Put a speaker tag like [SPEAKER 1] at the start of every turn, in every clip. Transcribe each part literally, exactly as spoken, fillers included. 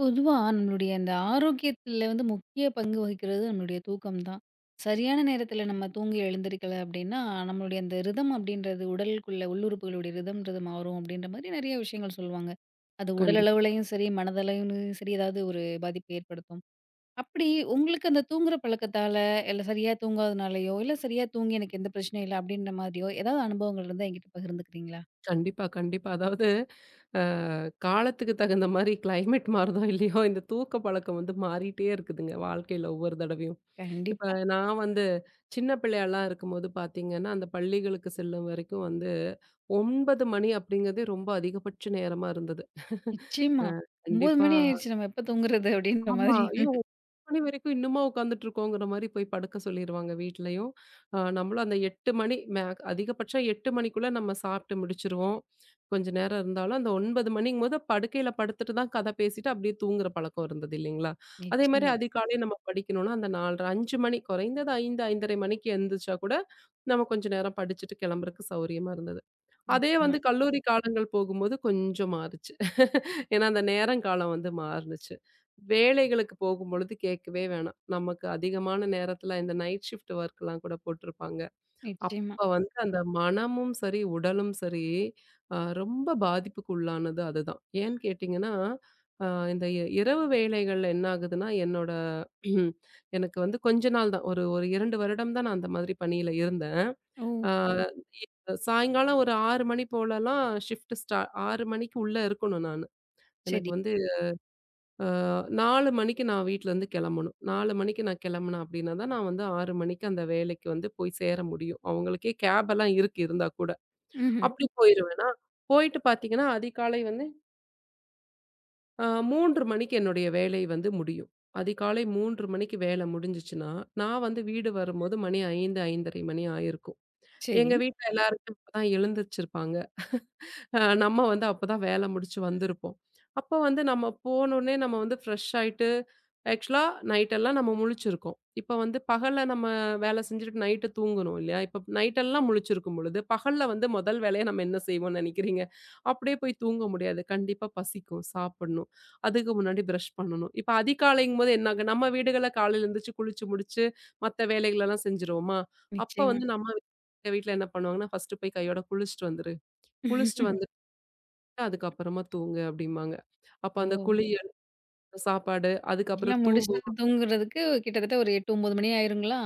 [SPEAKER 1] பொதுவா நம்மளுடைய அந்த ஆரோக்கியத்துல வந்து முக்கிய பங்கு வகிக்கிறது நம்மளுடைய தூக்கம் தான். சரியான நேரத்துல நம்ம தூங்கி எழுந்திரிக்கல அப்படின்னா, நம்மளுடைய அந்த ரிதம் அப்படின்றது உடலுக்குள்ள உள்ளுறுப்புகளுடைய ரிதம்ன்றது மாறும் அப்படின்ற மாதிரி நிறைய விஷயங்கள் சொல்லுவாங்க. அது உடல்
[SPEAKER 2] கண்டிப்
[SPEAKER 1] அளவுலயும் சரி, மனதளவுலயும் சரி ஏதாவது ஒரு பாதிப்பு ஏற்படுத்தும். அப்படி உங்களுக்கு அந்த தூங்குற பழக்கத்தால, இல்ல சரியா தூங்காதனாலயோ, இல்ல சரியா தூங்கி எனக்கு எந்த பிரச்சனையும் இல்ல அப்படின்ற மாதிரியோ ஏதாவது அனுபவங்கள் இருந்தா என்கிட்ட பகிர்ந்துக்கிறீங்களா?
[SPEAKER 2] கண்டிப்பா, கண்டிப்பா. அதாவது, அ காலத்துக்கு தகுந்த மாரி கிளைமேட் மாறுதோ இல்லையோ, இந்த தூக்க பழக்கம் வந்து மாறிட்டே இருக்குதுங்க, வாழ்க்கையில ஒவ்வொரு தடவையும். இப்ப
[SPEAKER 1] கண்டிப்பா.
[SPEAKER 2] நான் வந்து சின்ன பிள்ளையாலாம் இருக்கும்போது பார்த்தீங்கன்னா, அந்த பள்ளிகளுக்கு செல்லும் வரைக்கும் வந்து ஒன்பது மணி அப்படிங்கிறதே ரொம்ப அதிகபட்ச நேரமா இருந்தது.
[SPEAKER 1] நிச்சயமா.
[SPEAKER 2] அ
[SPEAKER 1] ஒன்பது
[SPEAKER 2] கண்டிப்பா.
[SPEAKER 1] மணி ஆயிருச்சு நம்ம எப்ப தூங்குறது அப்படின்ற
[SPEAKER 2] ஆமா.
[SPEAKER 1] மாதிரி.
[SPEAKER 2] ஐயோ! மணி வரைக்கும் இன்னுமா உட்காந்துட்டுருக்கோங்கிற மாரி போய் படுக்க சொல்லிருவாங்க வீட்லயும். அ நம்மளும் அந்த எட்டு மணி மே அதிகபட்சம் எட்டு மணிக்குள்ள நம்ம சாப்ட்டு முடிச்சுருவோம். கொஞ்ச நேரம் இருந்தாலும் அந்த ஒன்பது மணிங்கும்போது படுக்கையில படுத்துட்டு தான் கதை பேசிட்டு அப்படியே தூங்குற பழக்கம் இருந்தது இல்லைங்களா? அதே மாரி
[SPEAKER 1] நிச்சயமா,
[SPEAKER 2] அதிகாலை நம்ம படிக்கணும்னா அந்த நாலரை ஐந்து மணி குறைந்தது ஐந்து, ஐந்தரை மணிக்கு எந்திரிச்சா கூட நம்ம கொஞ்ச நேரம் படிச்சுட்டு கிளம்புறக்கு சௌரியமா இருந்தது. அதே
[SPEAKER 1] நிச்சயமா,
[SPEAKER 2] வந்து கல்லூரி காலங்கள் போகும்போது கொஞ்சம் மாறுச்சு. ஏன்னா, அந்த நேரங்காலம் வந்து மாறுனுச்சு. வேலைகளுக்கு போகும்பொழுது கேட்கவே வேணாம். நமக்கு அதிகமான நேரத்தில இந்த நைட் ஷிஃப்ட் வொர்க்லாம் கூட போட்டிருப்பாங்க.
[SPEAKER 1] நிச்சயமா.
[SPEAKER 2] அப்ப வந்து அந்த மனமும் சரி, உடலும் சரி, அ ரொம்ப பாதிப்புக்கு உள்ளானது அதுதான். ஏன்னு கேட்டீங்கன்னா, அ இந்த இ இரவு வேளைகள்ல என்ன ஆகுதுன்னா, என்னோட எனக்கு வந்து கொஞ்ச நாள் தான். ஒரு ஒரு இரண்டு வருடம் தான் நான் அந்த மாதிரி பணியில இருந்தேன்.
[SPEAKER 1] ஓ!
[SPEAKER 2] ஆ சாயங்காலம் ஒரு ஆறு மணி போலலாம் ஷிஃப்ட் ஸ்டா ஆறு மணிக்கு உள்ள இருக்கணும் நானு. எனக்கு
[SPEAKER 1] சரி.
[SPEAKER 2] வந்து அ நாலு மணிக்கு நான் வீட்லருந்து கெளம்பணும். நாலு மணிக்கு நான் கெளம்புனேன் அப்டின்னா தான், நான் வந்து ஆறு மணிக்கு அந்த வேலைக்கு வந்து போய் சேர முடியும். அவங்களுக்கே கேபெல்லாம் இருக்கு இருந்தா கூட.
[SPEAKER 1] ம்ஹ்ம்.
[SPEAKER 2] அப்டி போயிருவேனா, போயிட்டு பாத்தீங்கன்னா, அதிகாலை வந்து அ மூன்று மணிக்கு என்னுடைய வேலை வந்து முடியும். அதிகாலை மூன்று மணிக்கு வேல முடிஞ்சுச்சுன்னா, நான் வந்து வீடு வரும்போது மணி ஐந்து, ஐந்தரை மணி ஆயிருக்கும்.
[SPEAKER 1] சரி.
[SPEAKER 2] எங்க வீட்ல எல்லாருமே அப்பதான் எழுந்திரிச்சிருப்பாங்க. அ நம்ம வந்து அப்பதான் வேல முடிச்சு வந்திருப்போம். அப்ப வந்து நம்ம போனோனே நம்ம வந்து ஃப்ரெஷ் ஆயிட்டு, ஆக்சுவலா நைட் எல்லாம் நம்ம முழிச்சிருக்கோம். இப்ப வந்து பகல்ல நம்ம வேல செஞ்சுட்டு நைட்டு தூங்கணும் இல்லையா? இப்ப நைட்டெல்லாம் முழிச்சிருக்கும் பொழுது, பகல்ல வந்து முதல் வேலையா நம்ம என்ன செய்வோம்னு நெனைக்கிறீங்க? அப்படியே போய் தூங்க முடியாது. கண்டிப்பா பசிக்கும், சாப்பிடணும். அதுக்கு முன்னாடி பிரஷ் பண்ணணும். இப்ப அதிகாலைங்கும்போது என்ன ஆகும்? நம்ம வீடுகள்ல காலையில எந்திரிச்சு குளிச்சு முடிச்சு, மத்த வேலைகளெல்லாம் செஞ்சுருவோமா? அப்ப
[SPEAKER 1] நிச்சயமா.
[SPEAKER 2] வந்து நம்ம வீட்ல என்ன பண்ணுவாங்கன்னா, "ஃபர்ஸ்ட்டு போய் கையோட குளிச்சுட்டு வந்துரு. குளிச்சுட்டு வந்து அதுக்கப்புறமா தூங்கு" அப்படிம்பாங்க. அப்ப
[SPEAKER 1] ஓ!
[SPEAKER 2] அந்த குளியல், சாப்பாடு, அதுக்கப்புறம்
[SPEAKER 1] எல்லாம்
[SPEAKER 2] தூங்கு.
[SPEAKER 1] முடிச்சுட்டு
[SPEAKER 2] ம்.
[SPEAKER 1] தூங்குறதுக்கு கிட்டத்தட்ட ஒரு எட்டு, ஒன்பது மணி ஆயிருங்களா?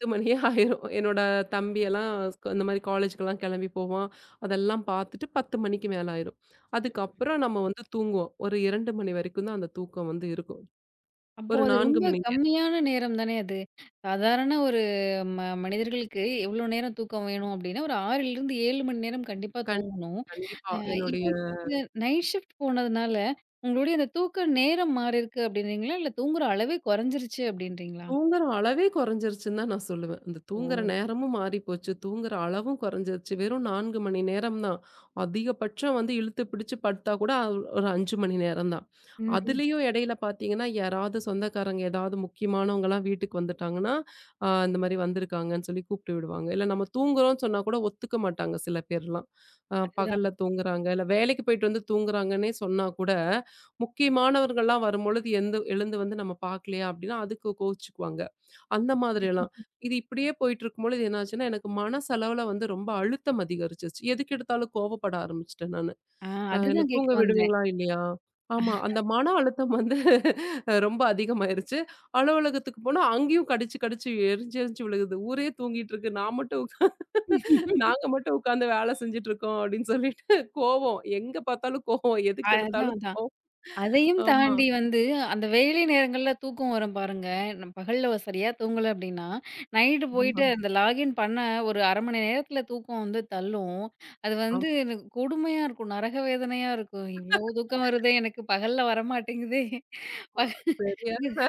[SPEAKER 2] பத்து மணியே ஆயிரும். என்னோட தம்பியெல்லாம் ஸ்கூ இந்த மாரி காலேஜ்க்கெல்லாம் கெளம்பி போவான். அதெல்லாம் பார்த்துட்டு பத்து மணிக்கு மேல ஆயிரும். அதுக்கப்புறம் நம்ம வந்து தூங்குவோம். ஒரு இரண்டு மணி வரைக்கும் தான் அந்த தூக்கம் வந்து இருக்கும்.
[SPEAKER 1] அப்போ
[SPEAKER 2] ஒரு
[SPEAKER 1] அது
[SPEAKER 2] நான்கு
[SPEAKER 1] ரொம்ப
[SPEAKER 2] மணி நேரம்.
[SPEAKER 1] கம்மியான நேரம் தானே அது. சாதாரண ஒரு ம மனிதர்களுக்கு எவ்வளோ நேரம் தூக்கம் வேணும் அப்டின்னா, ஒரு 6லிருந்து ஏழு மணி நேரம் கண்டிப்பா
[SPEAKER 2] கண்டிப்பா,
[SPEAKER 1] தூங்கணும்.
[SPEAKER 2] கண்டிப்பா.
[SPEAKER 1] அ இப்போ
[SPEAKER 2] என்னுடைய
[SPEAKER 1] நீங்க நைட் ஷிஃப்ட் போனதுனால, உங்களுடைய அந்த தூக்க நேரம் மாறியிருக்கு அப்டின்றீங்களா? இல்ல தூங்குற அளவே குறைஞ்சிருச்சு அப்டின்றீங்களா?
[SPEAKER 2] தூங்குற அளவே குறைஞ்சிருச்சுன்னு தான் நான் சொல்லுவேன். அந்த தூங்குற
[SPEAKER 1] ஓ!
[SPEAKER 2] நேரமும் மாறி போச்சு. தூங்குற அளவும் குறைஞ்சிருச்சு. வெறும் நான்கு மணி நேரம் தான். அதிகபட்சம் வந்து இழுத்து பிடிச்சு படுத்தா கூட அவ் ஒரு ஐந்து மணி நேரம் தான்.
[SPEAKER 1] ம்ஹ்ம்.
[SPEAKER 2] அதுலயும் இடையில பார்த்தீங்கன்னா, யாராவது சொந்தக்காரங்க ஏதாவது முக்கியமானவங்கலாம் வீட்டுக்கு வந்துட்டாங்கன்னா, அ இந்த மாரி வந்திருக்காங்கன்னு சொல்லி கூப்பிட்டு விடுவாங்க. இல்ல நம்ம தூங்குறோம்ன்னு சொன்னா கூட ஒத்துக்க மாட்டாங்க சில பேர்லாம். அ
[SPEAKER 1] அதுதான்.
[SPEAKER 2] பகல்ல தூங்குறாங்க, இல்ல வேலைக்கு போயிட்டு வந்து தூங்குறாங்கன்னே சொன்னா கூட, முக்கியமானவர்கள்லாம் வரும்பொழுது எந்து எழுந்து வந்து நம்ம பார்க்கலையா அப்படின்னா, அதுக்கு கோவிச்சுக்குவாங்க. அந்த மாதிரியெல்லாம். இது இப்படியே போயிட்டு இருக்கும்பொழுது என்னாச்சுன்னா, எனக்கு மனசளவுல வந்து ரொம்ப அழுத்தம் அதிகரிச்சுருச்சு. எதுக்கு எடுத்தாலும் கோவப்பட ஆரம்பிச்சுட்டேன் நானு.
[SPEAKER 1] ஆ
[SPEAKER 2] அ என்ன
[SPEAKER 1] அதுதான் கேட்க
[SPEAKER 2] தூங்க
[SPEAKER 1] வந்தேன்.
[SPEAKER 2] விடுவீங்களா இல்லையா? ஆமா. அந்த மன அழுத்தம் வந்து அஹ் ரொம்ப அதிகமாயிருச்சு. அலுவலகத்துக்கு போனா அங்கேயும் கடிச்சு கடிச்சு எரிஞ்சு எரிஞ்சு விழுகுது. ஊரே தூங்கிட்டு இருக்கு. நான் மட்டும் உக்கா நாங்க மட்டும் உட்காந்து வேலை செஞ்சுட்டு இருக்கோம் அப்படின்னு சொல்லிட்டு கோவம். எங்க பார்த்தாலும் கோவம். எதுக்கு
[SPEAKER 1] அதான்,
[SPEAKER 2] எடுத்தாலும்
[SPEAKER 1] அதான்.
[SPEAKER 2] கோவம்.
[SPEAKER 1] அதையும்
[SPEAKER 2] ஆமா.
[SPEAKER 1] தாண்டி வந்து அந்த வேலை நேரங்கள்ல தூக்கம் வரும் பாருங்க. நம்ம பகல்ல ஒரு சரியா தூங்கல அப்டின்னா, நைட்டு போயிட்டு
[SPEAKER 2] ஆமா.
[SPEAKER 1] அந்த லாகின் பண்ண ஒரு அரை மணி நேரத்துல தூக்கம் வந்து தள்ளும். அது
[SPEAKER 2] ஆமா,
[SPEAKER 1] வந்து எனக்கு கொடுமையா இருக்கும். நரக வேதனையா இருக்கும். இவ்ளோ தூக்கம் வருதே எனக்கு பகல்ல வரமாட்டேங்குதே. பகல்
[SPEAKER 2] சரியான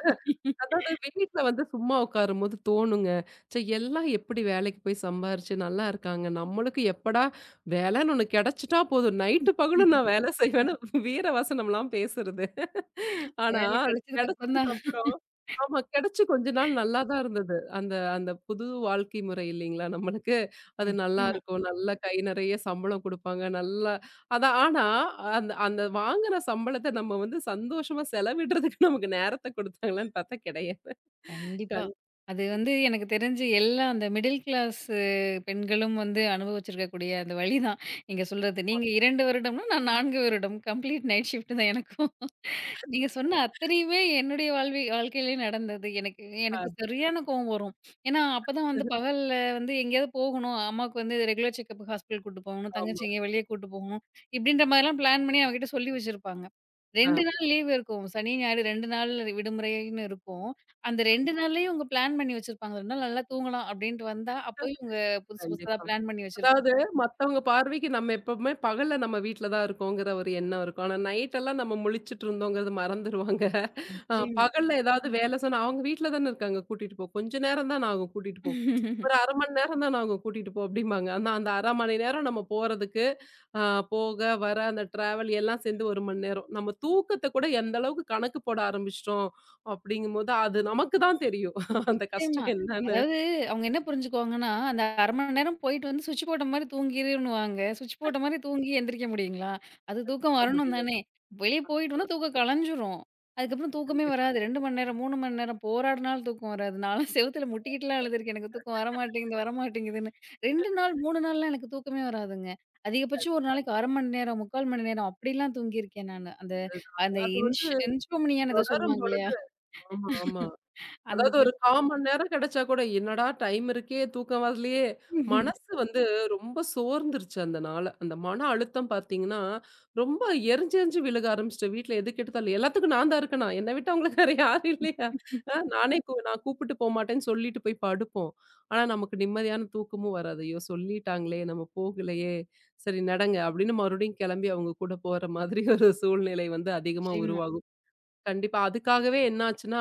[SPEAKER 2] அதாவது வீட்ல வந்து சும்மா உட்காரும்போது தோணுங்க. ச்சே எல்லாம் எப்படி வேலைக்கு போய் சம்பாரிச்சு நல்லா இருக்காங்க. நம்மளுக்கு எப்படா வேலைன்னு ஒண்ணு கிடைச்சுட்டா போதும். நைட்டு பகலும் நான் வேலை செய்வேன்னு வீரவசனம்லாம் பேசுறது. ஆனா
[SPEAKER 1] வேலை
[SPEAKER 2] அது
[SPEAKER 1] கிடைச்சதுக்கு அப்புறம் தான்
[SPEAKER 2] கிடைச்சதுக்கப்புறம், ஆமா. கிடைச்சு கொஞ்ச நாள் நல்லா தான் இருந்தது. அந்த அந்த புது வாழ்க்கை முறை இல்லைங்களா நம்மளுக்கு. அது நல்லாருக்கும். நல்லா
[SPEAKER 1] நிச்சயமா.
[SPEAKER 2] இருக்கும், நல்ல கை நிறைய சம்பளம் குடுப்பாங்க. நல்லா அதான். ஆனா, அந்த அந்த வாங்குற சம்பளத்த நம்ம வந்து சந்தோஷமா செலவிடுறதுக்கு நமக்கு நேரத்த குடுத்தாங்களான்னு பார்த்தா கிடையாது.
[SPEAKER 1] கண்டிப்பா.
[SPEAKER 2] கண்
[SPEAKER 1] அது வந்து எனக்கு தெரிஞ்சு எல்லா அந்த மிடில் கிளாஸ் பெண்களும் வந்து அனுபவிச்சிருக்கக்கூடிய அந்த வலி தான் நீங்க சொல்றது. நீங்க இரண்டு வருடம்னா, நான் நான்கு வருடம் கம்ப்ளீட் நைட் ஷிஃப்ட் தான் எனக்கும். நீங்க சொன்ன அத்தனையுமே என்னுடைய வாழ்வி வாழ்க்கையிலயே நடந்தது. எனக்கு எனக்கு சரியான கோவம் வரும். ஏன்னா, அப்பதான் வந்து பகல்ல வந்து எங்கேயாவது போகணும். அம்மாவுக்கு வந்து ரெகுலர் செக்கப் ஹாஸ்பிட்டல் கூட்டு போகணும்.
[SPEAKER 2] ஆமா,
[SPEAKER 1] தங்கச்சி எங்கேயோ வெளிய கூட்டு போகணும். இப்படின்ற மாதிரிலாம் பிளான் பண்ணி அவகிட்ட சொல்லி வச்சிருப்பாங்க. ரெண்டு
[SPEAKER 2] ஆமா.
[SPEAKER 1] நாள் லீவ் இருக்கும். சனி, ஞாயிறு ரெண்டு நாள் விடுமுறைன்னு இருக்கும். அந்த ரெண்டு நாள்லயும் இவங்க பிளான் பண்ணி வச்சிருப்பாங்க. ரெண்டு நாள் நல்லா தூங்கலாம் அப்படின்ட்டு வந்தா, அப்பயும் இவங்க புதுசு புதுசா
[SPEAKER 2] கண்டிப்பா.
[SPEAKER 1] பிளான் பண்ணி வச்சிருப்பாங்க.
[SPEAKER 2] அதாவது மத்தவங்க பார்வைக்கு நம்ம எப்பவுமே பகல்ல நம்ம வீட்ல தான் இருக்கோங்கிற ஒரு எண்ணம் இருக்கும். ஆனா நைட் எல்லாம் நம்ம முழிச்சுட்டு இருந்தோங்கிறது மறந்துருவாங்க. அ
[SPEAKER 1] நிச்சயமா.
[SPEAKER 2] பகல்ல ஏதாவது வேல சொன்னா, "அவங்க வீட்ல தானே இருக்காங்க கூட்டிட்டு போ. கொஞ்ச நேரம் தான ஆகும் கூட்டிட்டு போ. ஒரு அரை மணி நேரம் தான ஆகும் கூட்டிட்டு போ" அப்படிம்பாங்க. ஆனா அந்த அரை மணி நேரம் நம்ம போறதுக்கு, அ போக, வர, அந்த டிராவல் எல்லாம் சேர்ந்து ஒரு மணி நேரம். நம்ம தூக்கத்த கூட எந்த அளவுக்கு கணக்கு போட ஆரம்பிச்சுட்டோம் அப்படிங்கும்போது, அது நமக்கு தான் தெரியும். அந்த
[SPEAKER 1] நிச்சயமா.
[SPEAKER 2] கஷ்டம் என்னன்னு.
[SPEAKER 1] அதாவது அவங்க என்ன புரிஞ்சுக்குவாங்கன்னா, அந்த அரை மணி நேரம் போயிட்டு வந்து சுவிட்ச் போட்ட மாரி தூங்கிருன்னுவாங்க. சுவிட்ச் போட்ட மாரி தூங்கி எந்திரிக்க முடியுங்களா? அது தூக்கம்
[SPEAKER 2] கண்டிப்பா
[SPEAKER 1] வரணும்
[SPEAKER 2] முடியாது.
[SPEAKER 1] தானே! வெளிய போயிட்டோம்னா தூக்கம் கலஞ்சிரும். அதுக்கப்புறம் தூக்கமே
[SPEAKER 2] கண்டிப்பா.
[SPEAKER 1] வராது. ரெண்டு மணி நேரம், மூணு மணி நேரம் போராடுனாலும் தூக்கம் வராது. நான்லாம் செவுத்துல முட்டிக்கிட்டுலாம் அழுதுருக்கேன். எனக்கு தூக்கம் வரமாட்டேங்குது, வரமாட்டேங்குதுன்னு. ரெண்டு நாள், மூணு நாள்லாம் எனக்கு தூக்கமே வராதுங்க. அதிகபட்சம் ஒரு நாளைக்கு அரை மணி நேரம், முக்கால் மணி நேரம் அப்படிலாம் தூங்கியிருக்கேன் நானு. அந்த அந்த
[SPEAKER 2] அது
[SPEAKER 1] இன்ஷ்
[SPEAKER 2] வந்து
[SPEAKER 1] இன்ஷோம்னியான்னு ஏதோ சொல்லுவாங்க இல்லையா?
[SPEAKER 2] தொடரும்பொழுது, ஆமா, ஆமா.
[SPEAKER 1] அந்த
[SPEAKER 2] அதாவது ஒரு கால் மணி நேரம் கிடைச்சா கூட, என்னடா டைம் இருக்கே! தூக்கம் வரலையே! மனசு வந்து ரொம்ப சோர்ந்துருச்சு அந்த நாள. அந்த மன அழுத்தம் பார்த்தீங்கன்னா, ரொம்ப எரிஞ்சு எரிஞ்சு விழுக ஆரம்பிச்சுட்டேன். வீட்ல எதுக்கு எடுத்தாலும் எல்லாத்துக்கும் நான் தான் இருக்கேனா? என்ன விட்டா உங்களுக்கு வேற யாரும் இல்லையா? அ நானே கூ நான் கூப்பிட்டு போமாட்டேன்னு சொல்லிட்டு போய் படுப்போம். ஆனா, நமக்கு நிம்மதியான தூக்கமும் வராது. ஐயோ! சொல்லிட்டாங்களே! நம்ம போகலையே! சரி நடங்க, அப்படின்னு மறுபடியும் கிளம்பி அவங்க கூட போற மாதிரி ஒரு சூழ்நிலை வந்து அதிகமா
[SPEAKER 1] நிச்சயமா.
[SPEAKER 2] உருவாகும். கண்டிப்பா. அதுக்காகவே என்னாச்சுன்னா,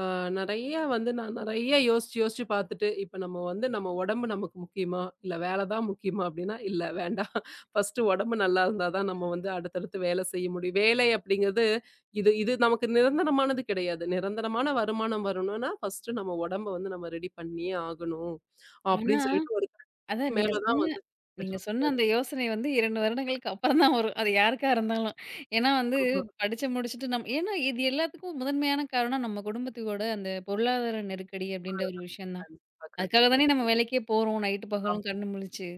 [SPEAKER 2] அ நெறைய வந்து நான் நெறைய யோசிச்சு, யோசிச்சு பார்த்துட்டு, இப்ப நம்ம வந்து நம்ம உடம்பு நமக்கு முக்கியமா? இல்ல வேல தான் முக்கியமா? அப்டின்னா, இல்ல வேண்டாம். ஃபர்ஸ்ட்டு உடம்பு நல்லா இருந்தா தான் நம்ம வந்து அடுத்தடுத்து வேல செய்ய முடியும். வேலை அப்டிங்கிறது இது இது நமக்கு நிரந்தரமானது கிடையாது. நிரந்தரமான வருமானம் வரணும்னா, ஃபர்ஸ்ட்டு நம்ம உடம்ப வந்து நம்ம ரெடி பண்ணியே ஆகணும்.
[SPEAKER 1] ஆனா,
[SPEAKER 2] அப்டின்னு சொல்லிட்டு ஒரு
[SPEAKER 1] அதான் நீங்க
[SPEAKER 2] மேல தான்
[SPEAKER 1] சொன்ன
[SPEAKER 2] வந்து பெற்ற
[SPEAKER 1] நீங்க சொன்ன அந்த
[SPEAKER 2] முடியாச்சு.
[SPEAKER 1] யோசனை வந்து இரண்டு வருடங்களுக்கு அப்புறம் தான் வரும். அது யாருக்கா இருந்தாலும். ஏன்னா வந்து
[SPEAKER 2] ஆமா.
[SPEAKER 1] படிச்சு முடிச்சுட்டு நம் ஏன்னா இது எல்லாத்துக்கும் முதன்மையான காரணம் நம்ம குடும்பத்தோட அந்த பொருளாதார நெருக்கடி அப்படின்ற ஒரு விஷயம் தான்.
[SPEAKER 2] கண்டிப்பா,
[SPEAKER 1] அதுக்காக
[SPEAKER 2] கண்டிப்பா,
[SPEAKER 1] தானே நம்ம
[SPEAKER 2] கண்டிப்பா.
[SPEAKER 1] வேலைக்கே போறோம். நைட்டு பகலும் கண்ணு முழிச்சு.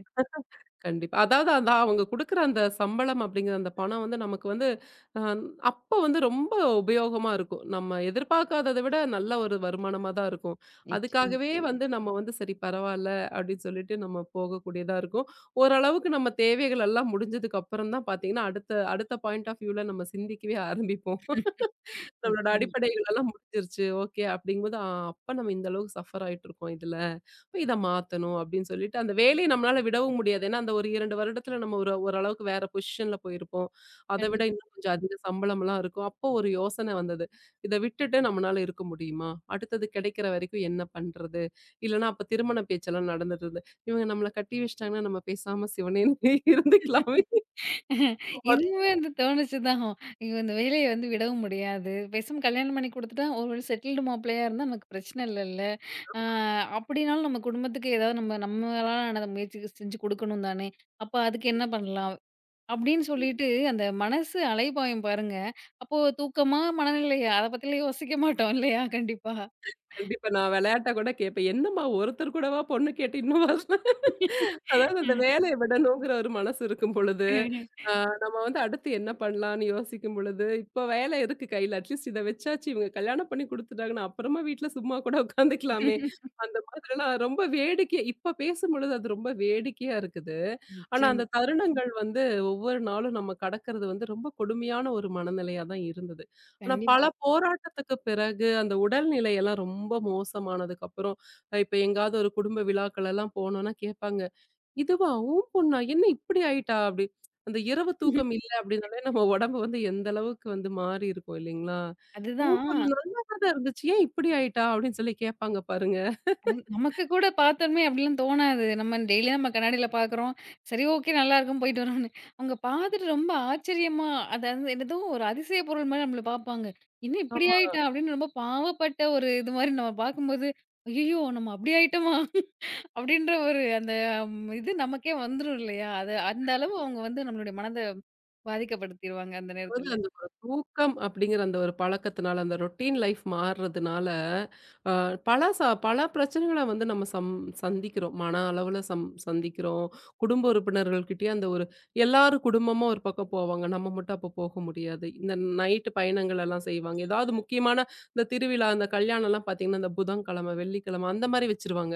[SPEAKER 2] கண்டிப்பா. அதாவது அந்த அவங்க குடுக்குற அந்த சம்பளம் அப்படிங்கிற அந்த பணம் வந்து நமக்கு வந்து அ அப்ப வந்து ரொம்ப உபயோகமா இருக்கும். நம்ம எதிர்பார்க்காதத விட நல்ல ஒரு வருமானமா தான் இருக்கும்.
[SPEAKER 1] நிச்சயமா,
[SPEAKER 2] அதுக்காகவே வந்து நம்ம வந்து சரி பரவால்ல அப்படின்னு சொல்லிட்டு நம்ம போகக்கூடியதா இருக்கும். ஓரளவுக்கு நம்ம தேவைகள் எல்லாம் முடிஞ்சதுக்கு அப்புறம் தான் பார்த்தீங்கன்னா, அடுத்த அடுத்த பாயிண்ட் ஆஃப் வியூல நம்ம சிந்திக்கவே ஆரம்பிப்போம். நம்மளோட
[SPEAKER 1] நிச்சயமா.
[SPEAKER 2] அடிப்படைகள் எல்லாம் முடிஞ்சிருச்சு. ஓகே அப்படிங்கும்போது, ஆ அப்ப நம்ம இந்த அளவுக்கு சஃபர் ஆயிட்டுருக்கோம் இதுல. இப்ப இத மாத்தணும் அப்படின்னு சொல்லிட்டு, அந்த வேலைய நம்மளால விடவும் முடியாது. ஏன்னா, அந்த ஒரு இரண்டு வருடத்துல நம்ம ஒரு ஓரளவுக்கு வேற பொசிஷன்ல போயிருப்போம். அத விட
[SPEAKER 1] கண்டிப்பா.
[SPEAKER 2] இன்னும் கொஞ்சம் அதிக சம்பளம்லாம் இருக்கும். அப்போ ஒரு யோசனை வந்தது. இத விட்டுட்டு நம்மனால இருக்க முடியுமா? அடுத்தது கிடைக்கிற வரைக்கும் என்ன பண்றது? இல்லன்னா அப்ப திருமண பேச்செல்லாம் நடந்துட்டுருந்து. இவங்க நம்மள கட்டி வச்சுட்டாங்கன்னா, நம்ம பேசாம சிவனேன்னு இருந்துக்கலாமே. ஒரு-
[SPEAKER 1] இதுவுமே வந்து தோணுச்சு தான். ஐயோ! இந்த வேலைய வந்து விடவும் முடியாது. பேசாம கல்யாணம் பண்ணி குடுத்துட்டா ஒரு வேள செட்டில்டு மாப்பிள்ளையா இருந்தா நமக்கு பிரச்சனை இல்லல்ல. ஆ அப்படின்னாலும் நம்ம குடும்பத்துக்கு ஏதாவது நம்ம நம்மளால நடந்த முயற்சி செஞ்சு கொடுக்கணும் தானே. அப்ப அதுக்கு என்ன பண்ணலாம்? அப்படின்னு சொல்லிட்டு அந்த மனசு அலைபாயும் பாருங்க. அப்போ தூக்கமா, மனநிலையா? அத பத்திலாம் யோசிக்க மாட்டோம் இல்லையா? கண்டிப்பா.
[SPEAKER 2] கண்டிப்பா நான் விளையாட்டா கூட கேட்பேன். என்னம்மா ஒருத்தர் கூடவா பொண்ணு கேட்டு இன்னும் வரல? அதாவது அந்த வேலைய விடணுங்கிற ஒரு மனசு இருக்கும் பொழுது ஆ நம்ம வந்து அடுத்து என்ன பண்ணலான்னு யோசிக்கும் பொழுது, இப்ப வேலை இருக்கு கையில. அட்லீஸ்ட் இத வச்சாச்சு இவங்க கல்யாணம் பண்ணி குடுத்துட்டாங்கன்னா, அப்புறமா வீட்ல சும்மா கூட உட்காந்துக்கலாமே. அந்த மாதிரிலாம் ரொம்ப வேடிக்கை இப்ப பேசும்பொழுது அது ரொம்ப வேடிக்கையா இருக்குது. ஆனா
[SPEAKER 1] நிச்சயமா.
[SPEAKER 2] அந்த தருணங்கள் வந்து ஒவ்வொரு நாளும் நம்ம கடக்கிறது வந்து ரொம்ப கொடுமையான ஒரு மனநிலையா தான் இருந்தது. ஆனா பல
[SPEAKER 1] கண்டிப்பா.
[SPEAKER 2] போராட்டத்துக்கு பிறகு அந்த உடல்நிலை எல்லாம் ரொம்ப மோசமானதுக்கு அப்புறம், அஹ் இப்ப எங்கேயாவது ஒரு குடும்ப விழாக்கள் எல்லாம் போனோம்னா கேட்பாங்க. இதுவா? உன் பொண்ணா? என்ன இப்படி ஆயிட்டா? அப்படி. அந்த இரவு தூக்கம் இல்ல அப்படின்னாலே நம்ம உடம்பு வந்து எந்த அளவுக்கு வந்து மாறி இருக்கும் இல்லைங்களா? உன் பொண்ணு
[SPEAKER 1] அதுதான்.
[SPEAKER 2] நல்லா தான் இருந்துச்சு. ஏன் இப்படி ஆயிட்டா? அப்படின்னு சொல்லி கேட்பாங்க பாருங்க.
[SPEAKER 1] ம். நமக்கு கூட பார்த்தோமே அப்டிலாம் தோணாது. நம்ம டெய்லி நம்ம கண்ணாடில பார்க்குறோம். சரி ஓகே நல்லாருக்கும் போயிட்டு வரோம்னு. அவங்க பார்த்துட்டு ரொம்ப ஆச்சரியமா அதாவது என்னதோ ஒரு அதிசய பொருள் மாரி நம்மள பார்ப்பாங்க. என்ன இப்டி ஆயிட்டா? அப்டின்னு ரொம்ப பாவப்பட்ட ஒரு இது மாரி நம்ம பார்க்கும்போது, ஐயய்யோ! நம்ம அப்டி ஆயிட்டோமா? அப்டின்ற ஒரு அந்த ம், இது நமக்கே வந்துரும் இல்லையா? அது அந்த அளவு அவங்க வந்து நம்மளுடைய மனத பாதிக்கப்படுத்திருவாங்க அந்த
[SPEAKER 2] அதாவது
[SPEAKER 1] நேரத்துல.
[SPEAKER 2] அந்த ஒரு தூக்கம் அப்படிங்கிற அந்த ஒரு பழக்கத்தினால, அந்த ரொட்டீன் லைஃப் மாறுறதுனால, அ பல ச பல பிரச்சனைகள வந்து நம்ம சம் சந்திக்கிறோம். மன அளவுல சம் சந்திக்கிறோம். குடும்ப உறுப்பினர்கள்கிட்டயும் அந்த ஒரு எல்லாரும் குடும்பமா ஒரு பக்கம் போவாங்க. நம்ம மட்டும் அப்போ போக முடியாது. இந்த நைட்டு பயணங்கள் எல்லாம் செய்வாங்க. ஏதாவது முக்கியமான இந்த திருவிழா, இந்த கல்யாணம்லாம் பார்த்தீங்கன்னா, இந்த புதன்கிழமை, வெள்ளிக்கிழமை அந்த மாரி வச்சுருவாங்க.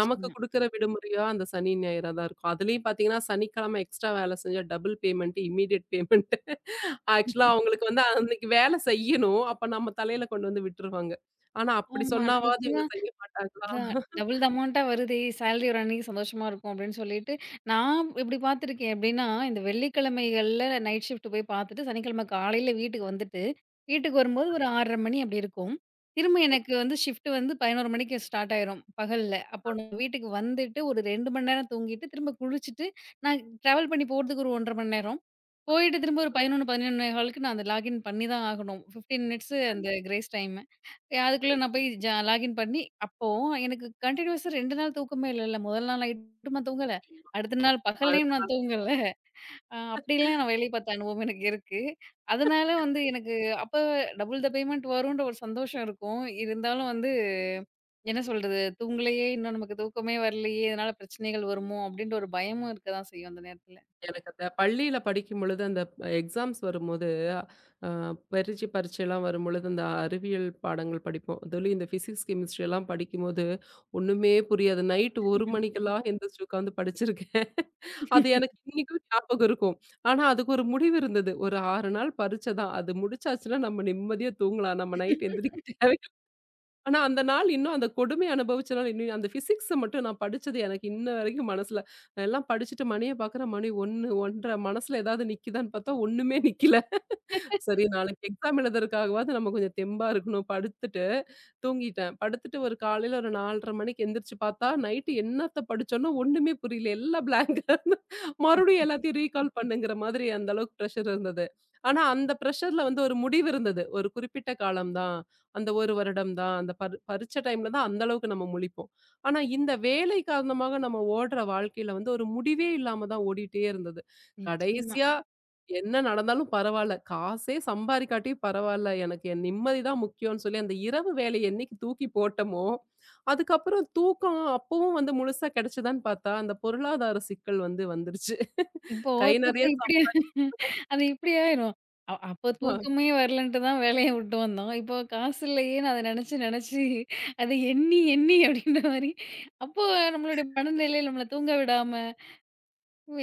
[SPEAKER 2] நமக்கு குடுக்குற விடுமுறையா அந்த சனி, ஞாயிறா தான் இருக்கும். அதுலயும் பார்த்தீங்கன்னா, சனிக்கிழமை எக்ஸ்ட்ரா வேலை செஞ்சா டபுள் பேமெண்ட், இமிடியேட் பேமெண்ட். ஆக்சுவலா அவங்களுக்கு வந்து அன்னைக்கு வேலை செய்யணும். அப்ப நம்ம தலையில கொண்டு வந்து விட்டுருவாங்க. ஆனா அப்படி
[SPEAKER 1] ஆமா.
[SPEAKER 2] சொன்னாவாவது
[SPEAKER 1] நமக்கு
[SPEAKER 2] இவங்க செய்ய மாட்டாங்களா?
[SPEAKER 1] அதான் டபுள் த அமௌண்ட்டா வருதே! சேலரி ஒரு அன்னைக்கு சந்தோஷமா இருக்கும் அப்படின்னு சொல்லிட்டு, நான் இப்படி பார்த்துருக்கேன் எப்படின்னா, இந்த வெள்ளிக்கிழமைகள்ல நைட் ஷிஃப்ட் போய் பார்த்துட்டு, சனிக்கிழமை காலையில வீட்டுக்கு வந்துட்டு, வீட்டுக்கு வரும்போது ஒரு ஆறரை மணி அப்படி இருக்கும். திரும்ப
[SPEAKER 2] சரி.
[SPEAKER 1] எனக்கு வந்து ஷிஃப்ட் வந்து பதினொன்று மணிக்கு ஸ்டார்ட் ஆயிரும் பகல்ல. அப்போ நான் வீட்டுக்கு வந்துட்டு ஒரு ரெண்டு மணி நேரம் தூங்கிட்டு, திரும்ப குளிச்சுட்டு, நான் ட்ராவல் பண்ணி போறதுக்கு ஒரு ஒன்றரை அரை மணி நேரம். போயிட்டு திரும்ப ஒரு பதினொன்று, 11:15க்கு நான் அந்த லாகின் பண்ணி தான் ஆகணும். பதினைஞ்சு மினிட்ஸ் அந்த
[SPEAKER 2] கண்டிப்பா.
[SPEAKER 1] Grace time. அதுக்குள்ள நான் போய் ஜ லாகின் பண்ணி அப்போ எனக்கு கன்டினியூஸா ரெண்டு நாள் தூக்கமே இல்லல்ல. முதல் நாள் நைட்டும் நான் தூங்கல. அடுத்த நாள்
[SPEAKER 2] அடுத்த
[SPEAKER 1] பகல்லேயும் நான்
[SPEAKER 2] நாள்.
[SPEAKER 1] தூங்கல. அ அப்படிலாம் நான் வேலை பார்த்த அனுபவம் எனக்கு இருக்கு. அதனால வந்து எனக்கு அப்ப டபுள் த பேமெண்ட் வரும்ன்ற ஒரு சந்தோஷம் இருக்கும். இருந்தாலும் வந்து என்ன சொல்றது? தூங்கலையே, இன்னும் நமக்கு தூக்கமே வரலையே, இதனால பிரச்சனைகள் வருமோ? அப்படின்ற ஒரு பயமும் இருக்க தான் செய்யும் அந்த நேரத்துல.
[SPEAKER 2] எனக்கு அந்த பள்ளியில படிக்கும்பொழுது, அந்த எக்ஸாம்ஸ் வரும்போது, அ பரீட்சை பரீட்சைலாம் வரும்பொழுது, அந்த அறிவியல் பாடங்கள் படிப்போம். அதுலயும் இந்த ஃபிசிக்ஸ், கெமிஸ்ட்ரி எல்லாம் படிக்கும்போது, ஒண்ணுமே புரியாது. நைட்டு ஒரு மணிக்கெல்லாம் எந்திரிச்சு உட்காந்து படிச்சிருக்கேன். அது எனக்கு இன்னிக்கும் ஞாபகம் இருக்கும். ஆனா, அதுக்கு ஒரு முடிவு இருந்தது. ஒரு ஆறு நாள் பரீட்சை தான். அது முடிச்சாச்சுன்னா, நம்ம நிம்மதியா தூங்கலாம். நம்ம நைட் எந்திரிக்க தேவை. ஆனா, அந்த நாள் இன்னும் அந்த கொடுமைய அனுபவிச்ச நாள் இன்னும் அந்த பிசிக்ஸ மட்டும் நான் படிச்சது எனக்கு இன்ன வரைக்கும் மனசுல. நான் எல்லாம் படிச்சுட்டு மணிய பாக்குறேன். மணி ஒன்று, ஒன்றரை மனசுல ஏதாவது நிக்குதான்னு பாத்தா ஒண்ணுமே நிக்கல. சரி நாளைக்கு எக்ஸாம் எழுதுறதுக்காகவாவது நம்ம கொஞ்சம் தெம்பா இருக்கணும். படுத்துட்டு தூங்கிட்டேன். படுத்துட்டு ஒரு காலையில ஒரு நாலரை மணிக்கு எந்திரிச்சு பார்த்தா, நைட்டு என்னத்த படிச்சோம்னோ ஒண்ணுமே புரியல. எல்லாம் பிளாங்க். மறுபடியும் எல்லாத்தையும் ரீகால் பண்ணுங்கிற மாதிரி அந்த அளவுக்கு பிரஷர் இருந்தது. ஆனா அந்த பிரஷர்ல வந்து ஒரு முடிவு இருந்தது. ஒரு குறிப்பிட்ட காலம் தான். அந்த ஒரு வருடம் தான். அந்த பரி பரீட்சை டைம்ல தான் அந்த அளவுக்கு நம்ம முழிப்போம். ஆனா இந்த வேலை காரணமாக நம்ம ஓடுற வாழ்க்கையில வந்து ஒரு முடிவே இல்லாம தான் ஓடிட்டே இருந்தது.
[SPEAKER 1] நிச்சயமா.
[SPEAKER 2] கடைசியா என்ன நடந்தாலும் பரவால்ல. காசே சம்பாரிக்காட்டியும் பரவால்ல. எனக்கு என் நிம்மதி தான் முக்கியம்னு சொல்லி, அந்த இரவு வேலைய என்னைக்கு தூக்கி போட்டமோ, அதுக்கப்புறம் தூக்கம் அப்பவும் வந்து முழுசா கிடைச்சதான்னு பார்த்தா, அந்த பொருளாதார சிக்கல் வந்து வந்துருச்சு.
[SPEAKER 1] இப்போ
[SPEAKER 2] கை நெறைய
[SPEAKER 1] தூக்கம் இப்படி அது இப்படி ஆயிரும். அ அப்போ
[SPEAKER 2] சம்பா
[SPEAKER 1] தூக்கமே வரலன்ட்டு தான் வேலைய விட்டு வந்தோம். இப்போ காசு இல்லையேன்னு அத நெனச்சு நெனச்சு அத எண்ணி எண்ணி அப்படின்ற மாரி அப்போ நம்மளுடைய மனநிலை நம்மள தூங்க விடாம,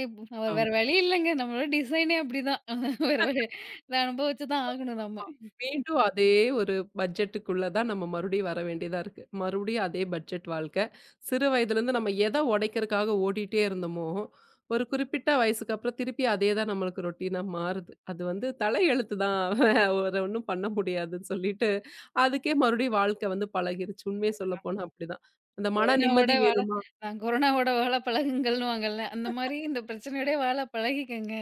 [SPEAKER 1] இப் வேற வேற வழி இல்லங்க. நம்மளோட டிசைனே அப்படிதான். வேற வழி இத அனுபவிச்சு தான் ஆகணும் நம்ம.
[SPEAKER 2] ஆமா. மீண்டும் அதே ஒரு பட்ஜெட்டுக்குள்ள தான் நம்ம மறுபடியும் வர வேண்டியதா இருக்கு. மறுபடியும் அதே பட்ஜெட் வாழ்க்கை. சிறு வயதிலேருந்து நம்ம எத உடைக்கிறதுக்காக ஓடிட்டே இருந்தோமோ, ஒரு குறிப்பிட்ட வயசுக்கு அப்புறம் திருப்பி அதே தான் நம்மளுக்கு ரொட்டீனா மாறுது. அது வந்து தலையெழுத்து தான் வேற ஒண்ணும் பண்ண முடியாதுன்னு சொல்லிட்டு, அதுக்கே மறுபடியும் வாழ்க்கை வந்து பழகிருச்சு. உண்மைய
[SPEAKER 1] அதுதான்.
[SPEAKER 2] சொல்லப்போனா அப்படிதான். அந்த மன
[SPEAKER 1] கொரோனாவோட
[SPEAKER 2] நிம்மதி
[SPEAKER 1] வாழ
[SPEAKER 2] வேணுமா?
[SPEAKER 1] நான் கொரோனாவோட வாழ பழகுங்கள்ன்னுவாங்கல்ல. அந்த மாரி இந்த பிரச்சனையோடயே வாழ பழகிக்கங்க.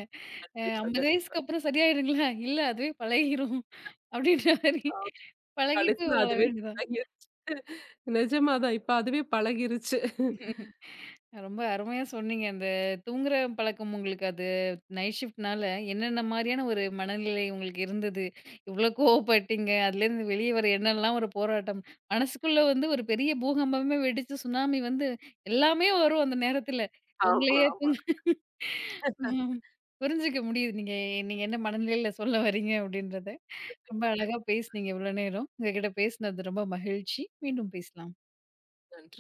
[SPEAKER 1] அ
[SPEAKER 2] கண்டிப்பா,
[SPEAKER 1] ஐம்பது
[SPEAKER 2] கண்டிப்பா.
[SPEAKER 1] வயசுக்கு அப்புறம் சரியாயிடுங்களா? இல்ல அதுவே பழகிரும். அப்படின்ற மாரி பழகிட்டு
[SPEAKER 2] கடைசியில
[SPEAKER 1] வாழ
[SPEAKER 2] அதுவே
[SPEAKER 1] வேண்டியதான்.
[SPEAKER 2] பழகிருச்சு. நிஜமா தான். இப்ப அதுவே பழகிருச்சு.
[SPEAKER 1] ரொம்ப அருமையா சொன்னீங்க. அந்த தூங்குற பழக்கம் உங்களுக்கு அது நைட் ஷிஃப்ட்னால என்னென்ன மாரியான ஒரு மனநிலை உங்களுக்கு இருந்தது? இவ்ளோ கோவப்பட்டீங்க. அதுலேருந்து வெளிய வர என்னெல்லாம் ஒரு போராட்டம். மனசுக்குள்ள வந்து ஒரு பெரிய பூகம்பமே வெடிச்சு சுனாமி வந்து எல்லாமே வரும் அந்த நேரத்துல.
[SPEAKER 2] ஆமா,
[SPEAKER 1] உங்களையே
[SPEAKER 2] ஆமா.
[SPEAKER 1] தூங்க ம். புரிஞ்சுக்க முடியுது. நீங்க நீங்க என்ன மனநிலையில சொல்ல வரீங்க அப்படின்றத. ரொம்ப அழகா பேசுனீங்க இவ்வளோ நேரம். உங்ககிட்ட பேசினது ரொம்ப மகிழ்ச்சி. மீண்டும் பேசலாம்.
[SPEAKER 2] நன்றி.